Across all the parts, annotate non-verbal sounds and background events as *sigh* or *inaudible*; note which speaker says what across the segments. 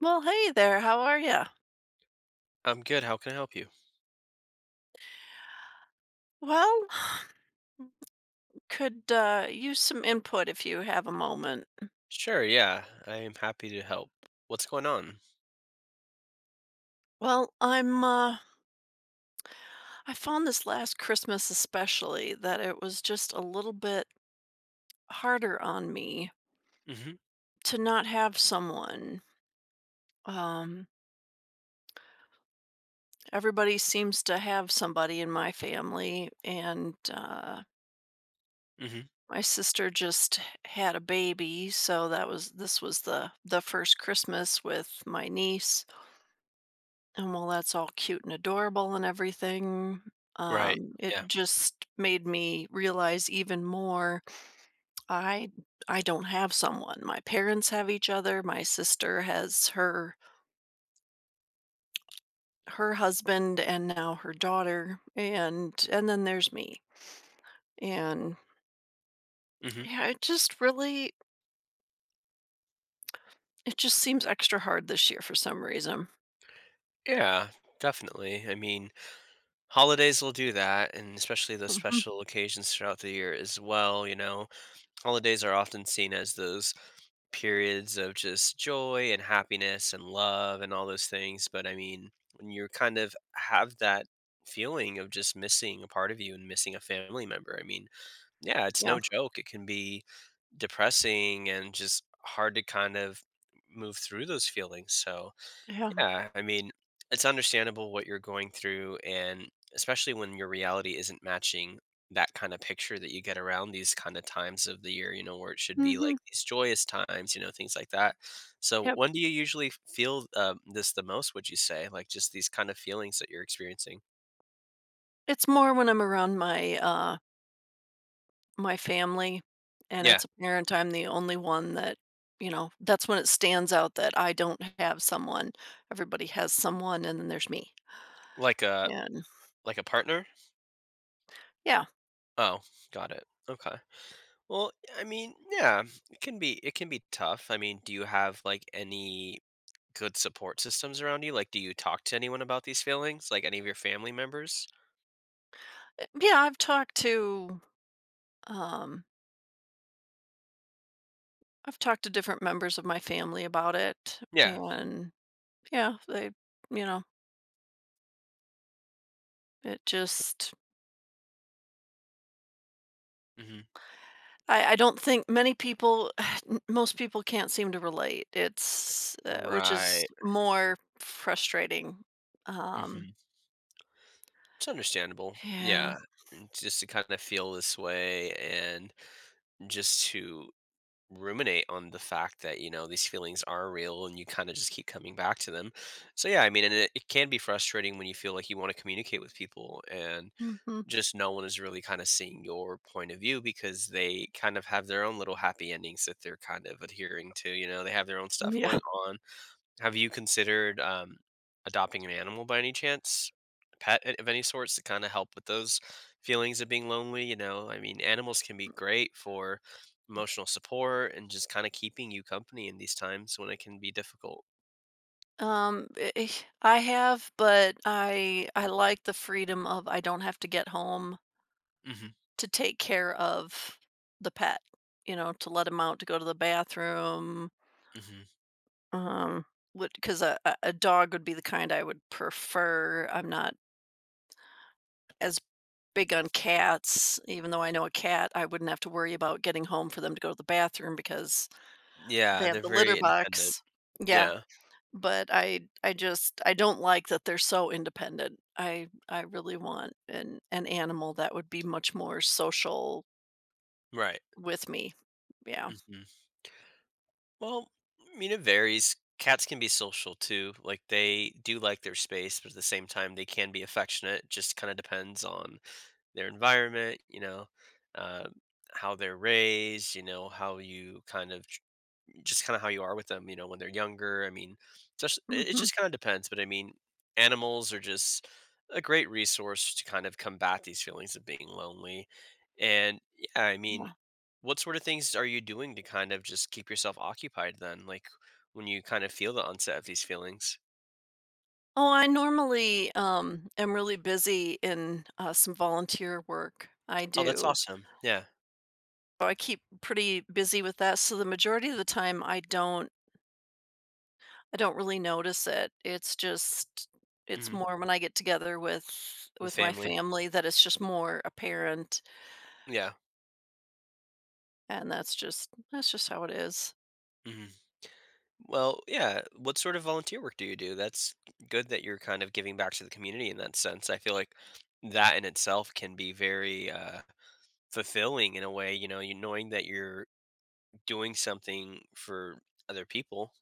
Speaker 1: Well, hey there. How are you?
Speaker 2: I'm good. How can I help you?
Speaker 1: Well, *sighs* could use some input if you have a moment.
Speaker 2: Sure. Yeah. I am happy to help. What's going on?
Speaker 1: Well, I'm. Uh, I found this last Christmas especially that it was just a little bit harder on me
Speaker 2: Hmm.
Speaker 1: to not have someone. Um, Everybody seems to have somebody in my family, and
Speaker 2: Hmm.
Speaker 1: my sister just had a baby, so that was this was the first Christmas with my niece. And while that's all cute and adorable and everything,
Speaker 2: Right.
Speaker 1: it
Speaker 2: Yeah.
Speaker 1: just made me realize even more I I don't have someone. My parents have each other. My sister has her husband and now her daughter, and then there's me. And
Speaker 2: Hmm.
Speaker 1: yeah, it just really it just seems extra hard this year for some reason.
Speaker 2: Yeah. Definitely. I mean, holidays will do that, and especially those
Speaker 1: Mhm.
Speaker 2: special occasions throughout the year as well. Holidays are often seen as those periods of just joy and happiness and love and all those things. But I mean, when you kind of have that feeling of just missing a part of you and missing a family member, I mean, yeah, it's
Speaker 1: Yeah.
Speaker 2: no joke. It can be depressing and just hard to kind of move through those feelings. So,
Speaker 1: Yeah.
Speaker 2: yeah, I mean, it's understandable what you're going through, and especially when your reality isn't matching that kind of picture that you get around these kind of times of the year, where it should be like
Speaker 1: Mhm.
Speaker 2: these joyous times, things like that. So,
Speaker 1: Yep.
Speaker 2: when do you usually feel this the most, would you say? Like just these kind of feelings that you're experiencing?
Speaker 1: It's more when I'm around my my family, and
Speaker 2: Yeah,
Speaker 1: it's apparent I'm the only one that, you know, that's when it stands out that I don't have someone. Everybody has someone, and then there's me.
Speaker 2: like a
Speaker 1: And
Speaker 2: like a partner?
Speaker 1: yeah,
Speaker 2: Oh, got it. Okay. Well, I mean, yeah, it can be tough. I mean, do you have like any good support systems around you? Like, do you talk to anyone about these feelings? Like any of your family members?
Speaker 1: yeah, um, I've talked to different members of my family about it,
Speaker 2: Yeah.
Speaker 1: and yeah, they, you know, it just
Speaker 2: Hmm.
Speaker 1: I don't think many people, *sighs* most people can't seem to relate. It's which is
Speaker 2: Right.
Speaker 1: more frustrating. Um,
Speaker 2: Hmm. It's understandable.
Speaker 1: yeah.
Speaker 2: Yeah. And just to kind of feel this way and just to ruminate on the fact that, these feelings are real and you kind of just keep coming back to them. So, yeah, I mean, and it can be frustrating when you feel like you want to communicate with people and
Speaker 1: Mhm.
Speaker 2: just no one is really kind of seeing your point of view because they kind of have their own little happy endings that they're kind of adhering to. They have their own stuff going
Speaker 1: Yeah.
Speaker 2: on. Have you considered adopting an animal by any chance? A pet of any sorts to kind of help with those feelings of being lonely. You know, I mean, animals can be great for emotional support and just kind of keeping you company in these times when it can be difficult.
Speaker 1: Um I I have, but I like the freedom of I don't have to get home
Speaker 2: Hmm.
Speaker 1: to take care of the pet, you know, to let him out to go to the bathroom.
Speaker 2: Hmm.
Speaker 1: Um because a dog would be the kind I would prefer. I'm not as big on cats, even though I know a cat, I wouldn't have to worry about getting home for them to go to the bathroom because they
Speaker 2: Yeah,
Speaker 1: have
Speaker 2: they're
Speaker 1: the
Speaker 2: very
Speaker 1: litter
Speaker 2: independent.
Speaker 1: box. Yeah,
Speaker 2: Yeah,
Speaker 1: but I just I don't like that they're so independent. I really want an animal that would be much more social
Speaker 2: right.
Speaker 1: with me. Yeah.
Speaker 2: Mm-hmm. Well, I mean, it varies. Cats can be social too. Like they do like their space, but at the same time, they can be affectionate. It just kind of depends on their environment, uh, how they're raised, how you kind of how you are with them, when they're younger. I mean, just it
Speaker 1: Mhm.
Speaker 2: just kind of depends. But I mean, animals are just a great resource to kind of combat these feelings of being lonely. And yeah, I mean,
Speaker 1: Yeah.
Speaker 2: what sort of things are you doing to kind of just keep yourself occupied then? Like when you kind of feel the onset of these feelings.
Speaker 1: Oh, I normally, am really busy in some volunteer work I
Speaker 2: Oh, that's
Speaker 1: do.
Speaker 2: awesome. Yeah.
Speaker 1: So I keep pretty busy with that, so the majority of the time, I don't really notice it. It's just it's
Speaker 2: Hmm.
Speaker 1: more when I get together with
Speaker 2: With
Speaker 1: my
Speaker 2: family.
Speaker 1: family that it's just more apparent.
Speaker 2: Yeah.
Speaker 1: And that's just how it is.
Speaker 2: Hmm. Well, yeah. What sort of volunteer work do you do? That's good that you're kind of giving back to the community in that sense. I feel like that in itself can be very fulfilling in a way, you knowing that you're doing something for other people.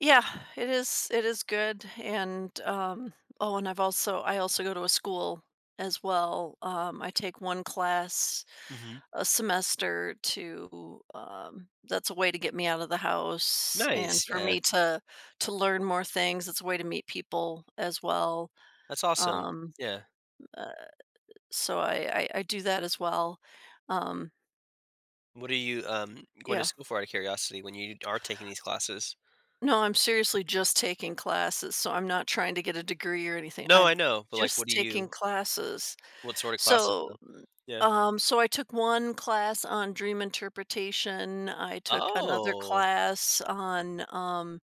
Speaker 1: Yeah, it is good, and, oh, and I also go to a school as well. I take 1 class
Speaker 2: Hmm.
Speaker 1: a semester to, that's a way to get me out of the house and
Speaker 2: Nice.
Speaker 1: for
Speaker 2: Yeah.
Speaker 1: me to learn more things. It's a way to meet people as well.
Speaker 2: That's awesome.
Speaker 1: Um,
Speaker 2: Yeah.
Speaker 1: uh, so I do that as well. Um,
Speaker 2: What are you going to
Speaker 1: yeah.
Speaker 2: school for out of curiosity when you are taking these classes?
Speaker 1: No, I'm seriously just taking classes, so I'm not trying to get a degree or anything.
Speaker 2: No, I
Speaker 1: I'm
Speaker 2: know, but like,
Speaker 1: just taking classes.
Speaker 2: what sort of classes
Speaker 1: So,
Speaker 2: though? Yeah.
Speaker 1: I took one class on dream interpretation. I took another
Speaker 2: Oh,
Speaker 1: class on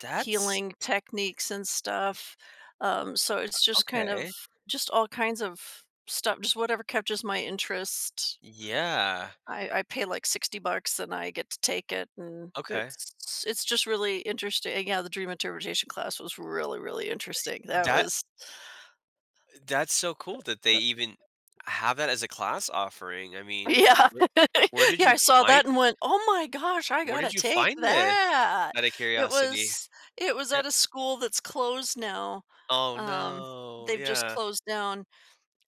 Speaker 2: that's
Speaker 1: healing techniques and stuff. So it's just kind of
Speaker 2: okay.
Speaker 1: just all kinds of stuff, just whatever catches my interest.
Speaker 2: Yeah.
Speaker 1: I pay like 60 bucks and I get to take it, and
Speaker 2: Okay.
Speaker 1: it's just really interesting. And yeah, the dream interpretation class was really, really interesting. That
Speaker 2: That
Speaker 1: was
Speaker 2: that's so cool that they
Speaker 1: uh,
Speaker 2: even have that as a class offering. I mean,
Speaker 1: yeah.
Speaker 2: where
Speaker 1: *laughs*
Speaker 2: where did
Speaker 1: Yeah,
Speaker 2: you
Speaker 1: I saw
Speaker 2: find
Speaker 1: that and went, "Oh my gosh, I
Speaker 2: where did
Speaker 1: gotta
Speaker 2: you
Speaker 1: take
Speaker 2: find this?
Speaker 1: that."
Speaker 2: Out of
Speaker 1: It
Speaker 2: curiosity.
Speaker 1: was
Speaker 2: Yeah.
Speaker 1: at a school that's closed now.
Speaker 2: Oh,
Speaker 1: Um,
Speaker 2: no.
Speaker 1: they've just
Speaker 2: Yeah.
Speaker 1: closed down.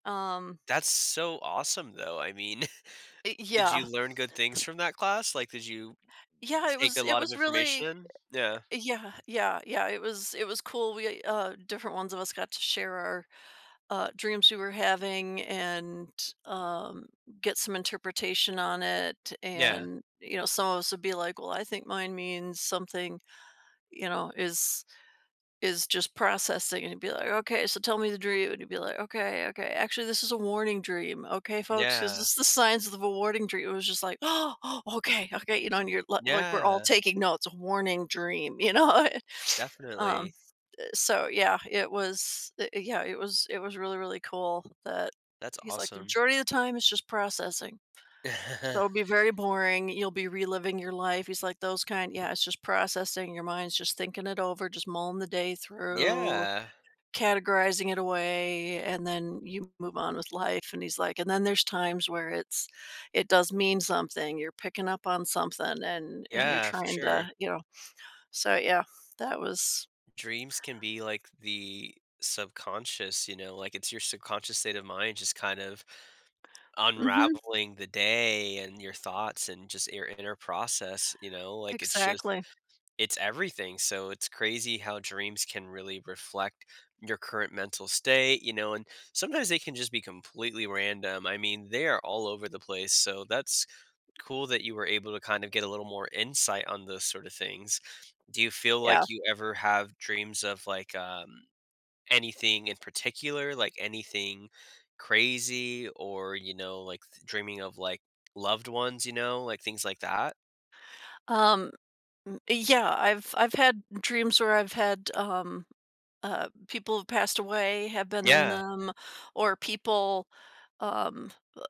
Speaker 1: Um,
Speaker 2: That's so awesome, though. I mean, *laughs*
Speaker 1: y
Speaker 2: did
Speaker 1: Yeah.
Speaker 2: you learn good things from that class? Like, did you
Speaker 1: Yeah,
Speaker 2: take a
Speaker 1: it
Speaker 2: lot of
Speaker 1: was
Speaker 2: information
Speaker 1: really
Speaker 2: in? Yeah.
Speaker 1: Yeah, yeah, yeah, it was cool. We, different ones of us got to share our dreams we were having and, um, get some interpretation on it.
Speaker 2: Yeah.
Speaker 1: And you know, some of us would be like, "Well, I think mine means something." You know, is just processing, and he'd be like, "Okay, so tell me the dream," and he'd be like, "Okay, okay, actually, this is a warning dream, okay, folks, because
Speaker 2: Yeah.
Speaker 1: this is the signs of a warning dream." It was just like, "Oh, oh, okay, okay," you know, and like, we're all
Speaker 2: Yeah.
Speaker 1: taking notes, a warning dream, you know. *laughs* um,
Speaker 2: Definitely.
Speaker 1: yeah, it was I yeah, it was really, really cool. that
Speaker 2: That's
Speaker 1: He's like, "The
Speaker 2: awesome.
Speaker 1: majority of the time it's just processing, so it'll be
Speaker 2: *laughs*
Speaker 1: very boring, you'll be reliving your life." He's like, "Those kind yeah, it's just processing, your mind's just thinking it over, just mulling the day through,
Speaker 2: Yeah.
Speaker 1: categorizing it away, and then you move on with life." And he's like, "And then there's times where it does mean something, you're picking up on something and you're
Speaker 2: Yeah, for
Speaker 1: trying
Speaker 2: sure.
Speaker 1: to," you know? So, yeah, that was
Speaker 2: Dreams can be like the subconscious, like it's your subconscious state of mind just kind of
Speaker 1: mhm,
Speaker 2: unraveling the day and your thoughts and just your inner process, like
Speaker 1: exactly.
Speaker 2: it's everything. So it's crazy how dreams can really reflect your current mental state, and sometimes they can just be completely random. I mean, they are all over the place. So that's cool that you were able to kind of get a little more insight on those sort of things. Do you feel
Speaker 1: Yeah.
Speaker 2: like you ever have dreams of like anything in particular, like anything crazy, or like dreaming of like loved ones, like things like that?
Speaker 1: Um, m Yeah, I've had dreams where I've had, people who've passed away have been in
Speaker 2: Yeah.
Speaker 1: them, or people, um, uh,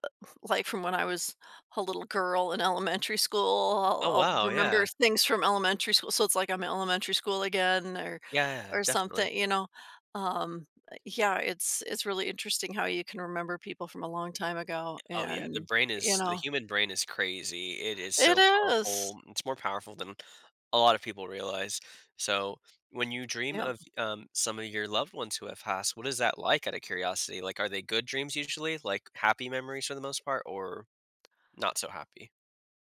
Speaker 1: like from when I was a little girl in elementary school, I'll
Speaker 2: Oh
Speaker 1: I'll
Speaker 2: wow. Yeah.
Speaker 1: remember things from elementary school, so it's like I'm in elementary school again or
Speaker 2: Yeah. Definitely.
Speaker 1: something, you know? Um, yeah, it's really interesting how you can remember people from a long time ago,
Speaker 2: Oh, yeah,
Speaker 1: and, you
Speaker 2: the
Speaker 1: know.
Speaker 2: human brain is crazy. It is
Speaker 1: It
Speaker 2: so
Speaker 1: is.
Speaker 2: powerful. It's more powerful than a lot of people realize. So, when you dream
Speaker 1: Yeah.
Speaker 2: of, some of your loved ones who have passed, what is that like out of curiosity? Like, are they good dreams usually? Like, happy memories for the most part or not so happy?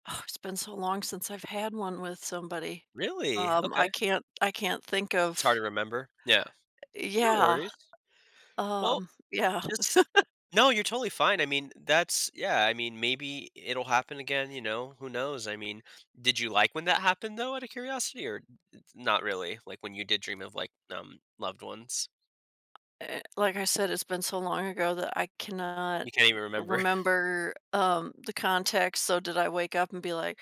Speaker 1: Oh, it's been so long since I've had one with somebody.
Speaker 2: Really? Okay.
Speaker 1: I can't think
Speaker 2: It's hard to
Speaker 1: of
Speaker 2: remember. Yeah. No
Speaker 1: yeah,
Speaker 2: worries. Well.
Speaker 1: yeah,
Speaker 2: Just No, you're totally fine. I mean, that's yeah, I mean, maybe it'll happen again, who knows? I mean, did you like when that happened though, out of curiosity, or not really? Like when you did dream of like loved ones?
Speaker 1: like I said, it's been so long ago that I cannot
Speaker 2: You can't even remember. *laughs*
Speaker 1: remember, the context, so did I wake up and be like,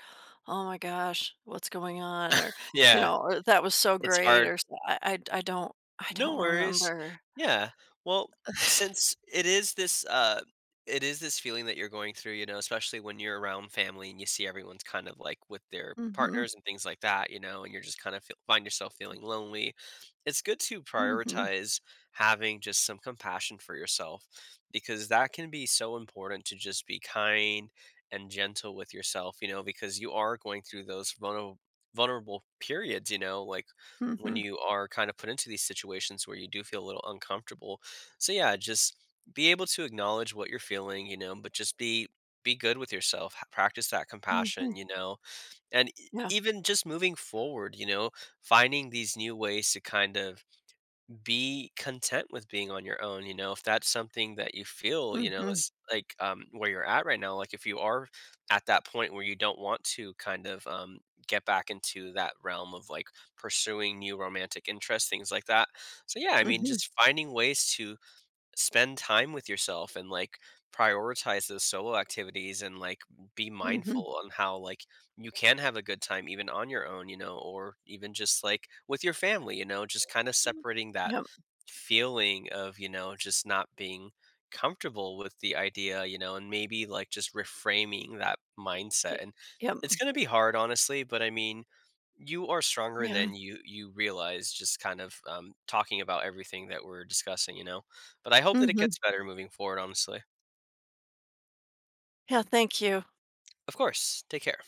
Speaker 1: "Oh my gosh, what's going on?" Or, you
Speaker 2: Yeah.
Speaker 1: know, or, "That was so
Speaker 2: It's
Speaker 1: great,"
Speaker 2: hard.
Speaker 1: or I do not I
Speaker 2: No
Speaker 1: don't
Speaker 2: worries.
Speaker 1: remember.
Speaker 2: Yeah. Well, since it is this feeling that you're going through, especially when you're around family and you see everyone's kind of like with their
Speaker 1: Mhm,
Speaker 2: partners and things like that, and you're just kind of find yourself feeling lonely. It's good to
Speaker 1: mhm,
Speaker 2: prioritize having just some compassion for yourself because that can be so important to just be kind and gentle with yourself, because you are going through those vulnerable periods, like when
Speaker 1: mhm,
Speaker 2: you are kind of put into these situations where you do feel a little uncomfortable. So yeah, just be able to acknowledge what you're feeling, but just be good with yourself. Practice that compassion,
Speaker 1: mhm,
Speaker 2: you know. And
Speaker 1: yeah,
Speaker 2: even just moving forward, finding these new ways to kind of be content with being on your own, if that's something that you feel,
Speaker 1: mhm,
Speaker 2: is like where you're at right now, like if you are at that point where you don't want to kind of get back into that realm of like pursuing new romantic interests, things like that. So, yeah, I mean,
Speaker 1: mhm,
Speaker 2: just finding ways to spend time with yourself and like prioritize those solo activities and like be
Speaker 1: mhm,
Speaker 2: mindful on how like you can have a good time even on your own or even just like with your family just kind of
Speaker 1: mm,
Speaker 2: separating that
Speaker 1: yep,
Speaker 2: feeling of just not being comfortable with the idea and maybe like just reframing that mindset,
Speaker 1: y
Speaker 2: and
Speaker 1: yep.
Speaker 2: it's going to be hard, honestly, but I mean, you are stronger
Speaker 1: Yeah.
Speaker 2: than you realize, just kind of talking about everything that we're discussing, but I hope that it
Speaker 1: Mhm.
Speaker 2: gets better moving forward, honestly.
Speaker 1: Yeah, thank you.
Speaker 2: Of course. Take care.